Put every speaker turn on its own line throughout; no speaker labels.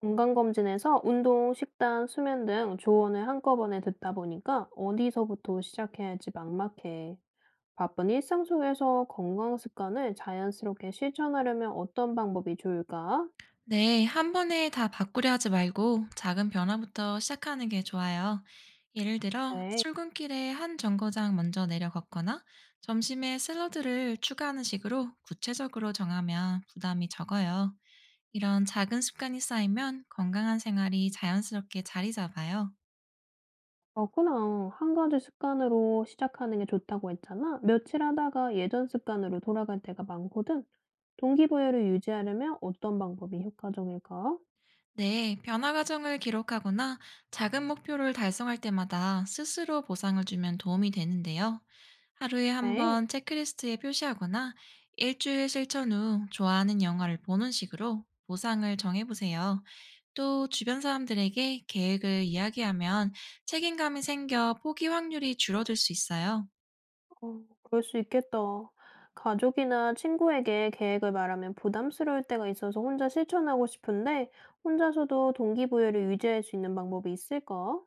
건강검진에서 운동, 식단, 수면 등 조언을 한꺼번에 듣다 보니까 어디서부터 시작해야 할지 막막해. 바쁜 일상 속에서 건강 습관을 자연스럽게 실천하려면 어떤 방법이 좋을까?
네, 한 번에 다 바꾸려 하지 말고 작은 변화부터 시작하는 게 좋아요. 예를 들어,
네,
출근길에 한 정거장 먼저 내려 걷거나 점심에 샐러드를 추가하는 식으로 구체적으로 정하면 부담이 적어요. 이런 작은 습관이 쌓이면 건강한 생활이 자연스럽게 자리 잡아요.
그렇구나. 한 가지 습관으로 시작하는 게 좋다고 했잖아. 며칠 하다가 예전 습관으로 돌아갈 때가 많거든. 동기부여를 유지하려면 어떤 방법이 효과적일까?
네, 변화 과정을 기록하거나 작은 목표를 달성할 때마다 스스로 보상을 주면 도움이 되는데요. 하루에 한
네.
번 체크리스트에 표시하거나 일주일 실천 후 좋아하는 영화를 보는 식으로 보상을 정해보세요. 또 주변 사람들에게 계획을 이야기하면 책임감이 생겨 포기 확률이 줄어들 수 있어요.
어, 그럴 수 있겠다. 가족이나 친구에게 계획을 말하면 부담스러울 때가 있어서 혼자 실천하고 싶은데, 혼자서도 동기부여를 유지할 수 있는 방법이 있을까?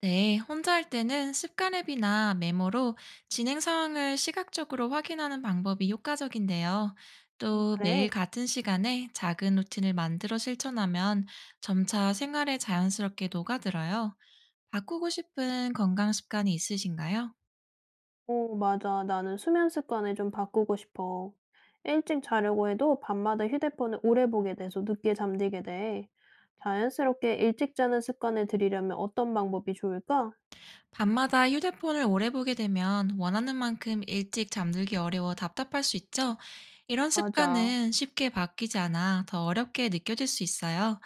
네, 혼자 할 때는 습관앱이나 메모로 진행 상황을 시각적으로 확인하는 방법이 효과적인데요. 또 매일
그래.
같은 시간에 작은 루틴을 만들어 실천하면 점차 생활에 자연스럽게 녹아들어요. 바꾸고 싶은 건강 습관이 있으신가요?
어, 맞아. 나는 수면 습관을 좀 바꾸고 싶어. 일찍 자려고 해도 밤마다 휴대폰을 오래 보게 돼서 늦게 잠들게 돼. 자연스럽게 일찍 자는 습관을 들이려면 어떤 방법이 좋을까?
밤마다 휴대폰을 오래 보게 되면 원하는 만큼 일찍 잠들기 어려워 답답할 수 있죠. 이런
맞아.
습관은 쉽게 바뀌지 않아 더 어렵게 느껴질 수 있어요.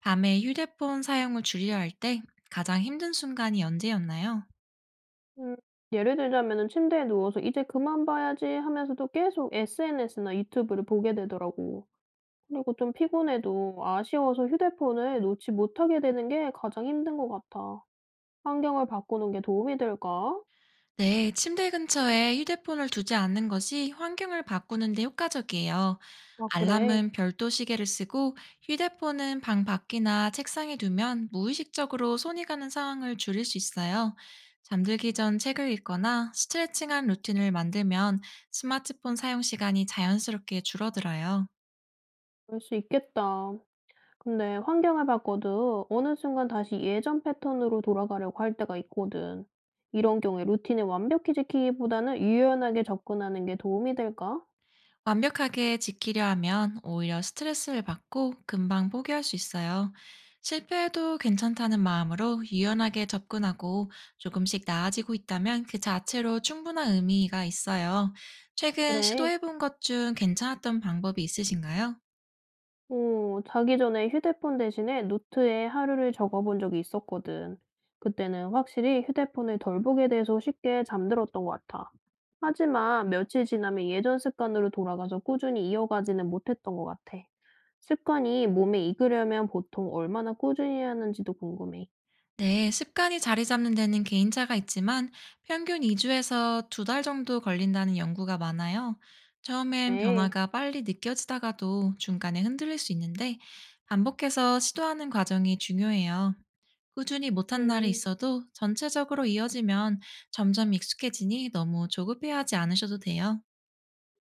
밤에 휴대폰 사용을 줄여야 할 때 가장 힘든 순간이 언제였나요?
음. 예를 들자면은 침대에 누워서 '이제 그만 봐야지.' 하면서도 계속 SNS나 유튜브를 보게 되더라고. 그리고 좀 피곤해도 아쉬워서 휴대폰을 놓지 못하게 되는 게 가장 힘든 것 같아. 환경을 바꾸는 게 도움이 될까?
네, 침대 근처에 휴대폰을 두지 않는 것이 환경을 바꾸는 데 효과적이에요.
아 그래.
알람은 별도 시계를 쓰고 휴대폰은 방 밖이나 책상에 두면 무의식적으로 손이 가는 상황을 줄일 수 있어요. 잠들기 전 책을 읽거나 스트레칭한 루틴을 만들면 스마트폰 사용 시간이 자연스럽게 줄어들어요.
그럴 수 있겠다. 근데 환경을 바꿔도 어느 순간 다시 예전 패턴으로 돌아가려고 할 때가 있거든. 이런 경우에 루틴을 완벽히 지키기보다는 유연하게 접근하는 게 도움이 될까?
완벽하게 지키려 하면 오히려 스트레스를 받고 금방 포기할 수 있어요. 실패해도 괜찮다는 마음으로 유연하게 접근하고 조금씩 나아지고 있다면 그 자체로 충분한 의미가 있어요. 최근
그래.
시도해본 것 중 괜찮았던 방법이 있으신가요?
어 자기 전에 휴대폰 대신에 노트에 하루를 적어 본 적이 있었거든. 그때는 확실히 휴대폰을 덜 보게 돼서 쉽게 잠들었던 것 같아. 하지만 며칠 지나면 예전 습관으로 돌아가서 꾸준히 이어가지는 못했던 것 같아. 습관이 몸에 익으려면 보통 얼마나 꾸준히 해야 하는지도 궁금해.
네, 습관이 자리 잡는 데는 개인차가 있지만 평균 2주에서 두 달 정도 걸린다는 연구가 많아요. 처음엔
네.
변화가 빨리 느껴지다가도 중간에 흔들릴 수 있는데 반복해서 시도하는 과정이 중요해요. 꾸준히 못한 날이
음,
있어도 전체적으로 이어지면 점점 익숙해지니 너무 조급해하지 않으셔도 돼요.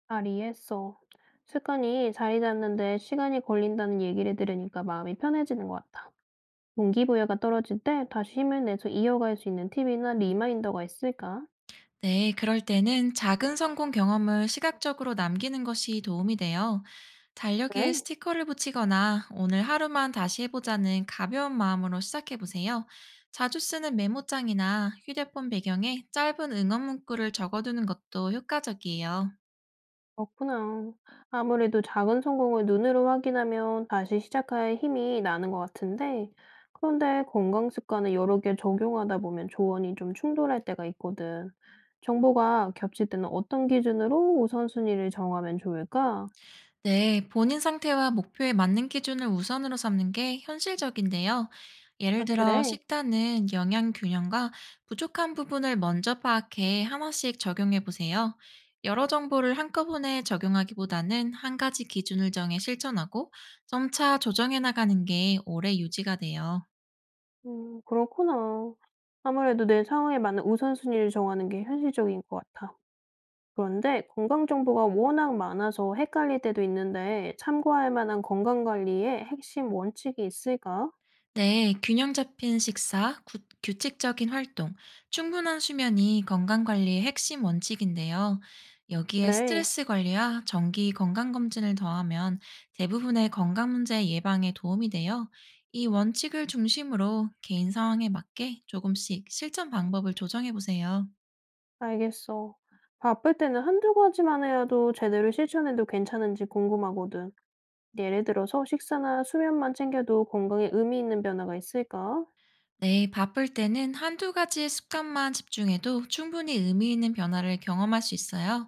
잘 이해했어. 습관이 자리 잡는데 시간이 걸린다는 얘기를 들으니까 마음이 편해지는 것 같아. 동기부여가 떨어질 때 다시 힘을 내서 이어갈 수 있는 팁이나 리마인더가 있을까?
네, 그럴 때는 작은 성공 경험을 시각적으로 남기는 것이 도움이 돼요. 달력에
그래?
스티커를 붙이거나 오늘 하루만 다시 해보자는 가벼운 마음으로 시작해보세요. 자주 쓰는 메모장이나 휴대폰 배경에 짧은 응원 문구를 적어두는 것도 효과적이에요.
그렇구나. 아무래도 작은 성공을 눈으로 확인하면 다시 시작할 힘이 나는 것 같은데, 그런데 건강 습관을 여러 개 적용하다 보면 조언이 좀 충돌할 때가 있거든. 정보가 겹칠 때는 어떤 기준으로 우선순위를 정하면 좋을까?
네, 본인 상태와 목표에 맞는 기준을 우선으로 삼는 게 현실적인데요. 예를
아,
들어
그래?
식단은 영양 균형과 부족한 부분을 먼저 파악해 하나씩 적용해 보세요. 여러 정보를 한꺼번에 적용하기보다는 한 가지 기준을 정해 실천하고 점차 조정해 나가는 게 오래 유지가 돼요.
그렇구나. 아무래도 내 상황에 맞는 우선순위를 정하는 게 현실적인 것 같아. 그런데 건강 정보가 워낙 많아서 헷갈릴 때도 있는데 참고할 만한 건강관리의 핵심 원칙이 있을까?
네, 균형 잡힌 식사, 규칙적인 활동, 충분한 수면이 건강 관리의 핵심 원칙인데요. 여기에
그래,
스트레스 관리와 정기 건강 검진을 더하면 대부분의 건강 문제 예방에 도움이 되어 이 원칙을 중심으로 개인 상황에 맞게 조금씩 실천 방법을 조정해 보세요.
알겠어. 바쁠 때는 한두 가지만 해도 제대로 실천해도 괜찮은지 궁금하거든. 예를 들어서 식사나 수면만 챙겨도 건강에 의미 있는 변화가 있을까?
네, 바쁠 때는 한두 가지의 습관만 집중해도 충분히 의미 있는 변화를 경험할 수 있어요.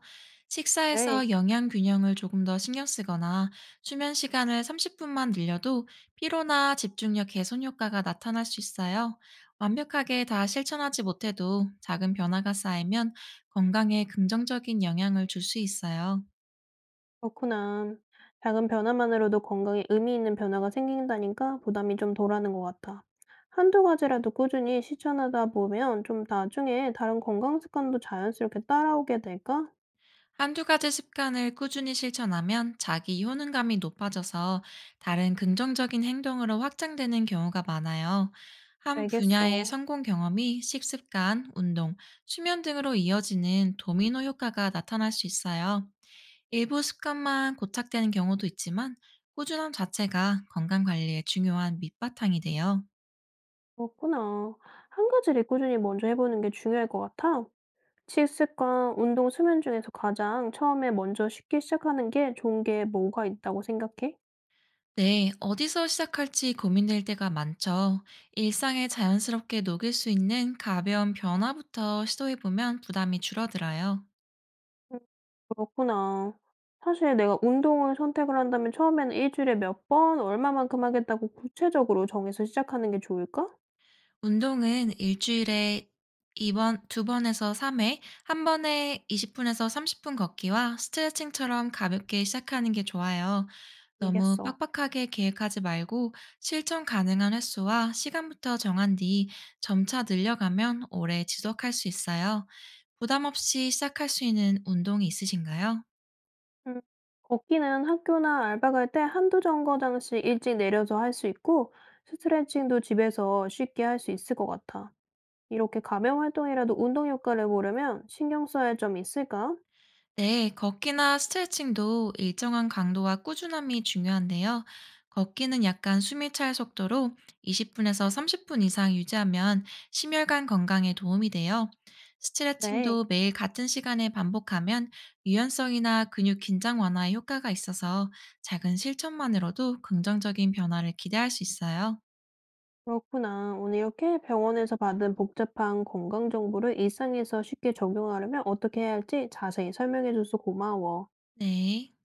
그래.
식사에서 영양 균형을 조금 더 신경 쓰거나 수면 시간을 30분만 늘려도 피로나 집중력 개선 효과가 나타날 수 있어요. 완벽하게 다 실천하지 못해도 작은 변화가 쌓이면 건강에 긍정적인 영향을 줄 수 있어요.
그렇구나. 작은 변화만으로도 건강에 의미 있는 변화가 생긴다니까 부담이 좀 덜하는 것 같아. 한두 가지라도 꾸준히 실천하다 보면 좀 나중에 다른 건강 습관도 자연스럽게 따라오게 될까?
한두 가지 습관을 꾸준히 실천하면 자기 효능감이 높아져서 다른 긍정적인 행동으로 확장되는 경우가 많아요. 한 분야의
알겠어.
성공 경험이 식습관, 운동, 수면 등으로 이어지는 도미노 효과가 나타날 수 있어요. 일부 습관만 고착되는 경우도 있지만 꾸준함 자체가 건강 관리에 중요한 밑바탕이 돼요.
그렇구나. 한 가지를 꾸준히 먼저 해보는 게 중요할 것 같아. 식습관, 운동, 수면 중에서 가장 처음에 먼저 쉽게 시작하는 게 좋은 게 뭐가 있다고 생각해?
네, 어디서 시작할지 고민될 때가 많죠. 일상에 자연스럽게 녹일 수 있는 가벼운 변화부터 시도해보면 부담이 줄어들어요.
그렇구나. 사실 내가 운동을 선택을 한다면 처음에는 일 주일에 몇 번 얼마만큼 하겠다고 구체적으로 정해서 시작하는 게 좋을까?
운동은 일주일에 2번, 2번에서 3회, 한 번에 20분에서 30분 걷기와 스트레칭처럼 가볍게 시작하는 게 좋아요. 너무
알겠어.
빡빡하게 계획하지 말고 실천 가능한 횟수와 시간부터 정한 뒤 점차 늘려가면 오래 지속할 수 있어요. 부담 없이 시작할 수 있는 운동이 있으신가요?
음. 걷기는 학교나 알바 갈 때 한두 정거장씩 일찍 내려서 할 수 있고 스트레칭도 집에서 쉽게 할 수 있을 것 같아. 이렇게 가벼운 활동이라도 운동 효과를 보려면 신경 써야 할 점이 있을까?
네, 걷기나 스트레칭도 일정한 강도와 꾸준함이 중요한데요. 걷기는 약간 숨이 찰 속도로 20분에서 30분 이상 유지하면 심혈관 건강에 도움이 돼요.
그래.
스트레칭도 매일 같은 시간에 반복하면 유연성이나 근육 긴장 완화에 효과가 있어서 작은 실천만으로도 긍정적인 변화를 기대할 수 있어요.
그렇구나. 오늘 이렇게 병원에서 받은 복잡한 건강 정보를 일상에서 쉽게 적용하려면 어떻게 해야 할지 자세히 설명해줘서 고마워.
네.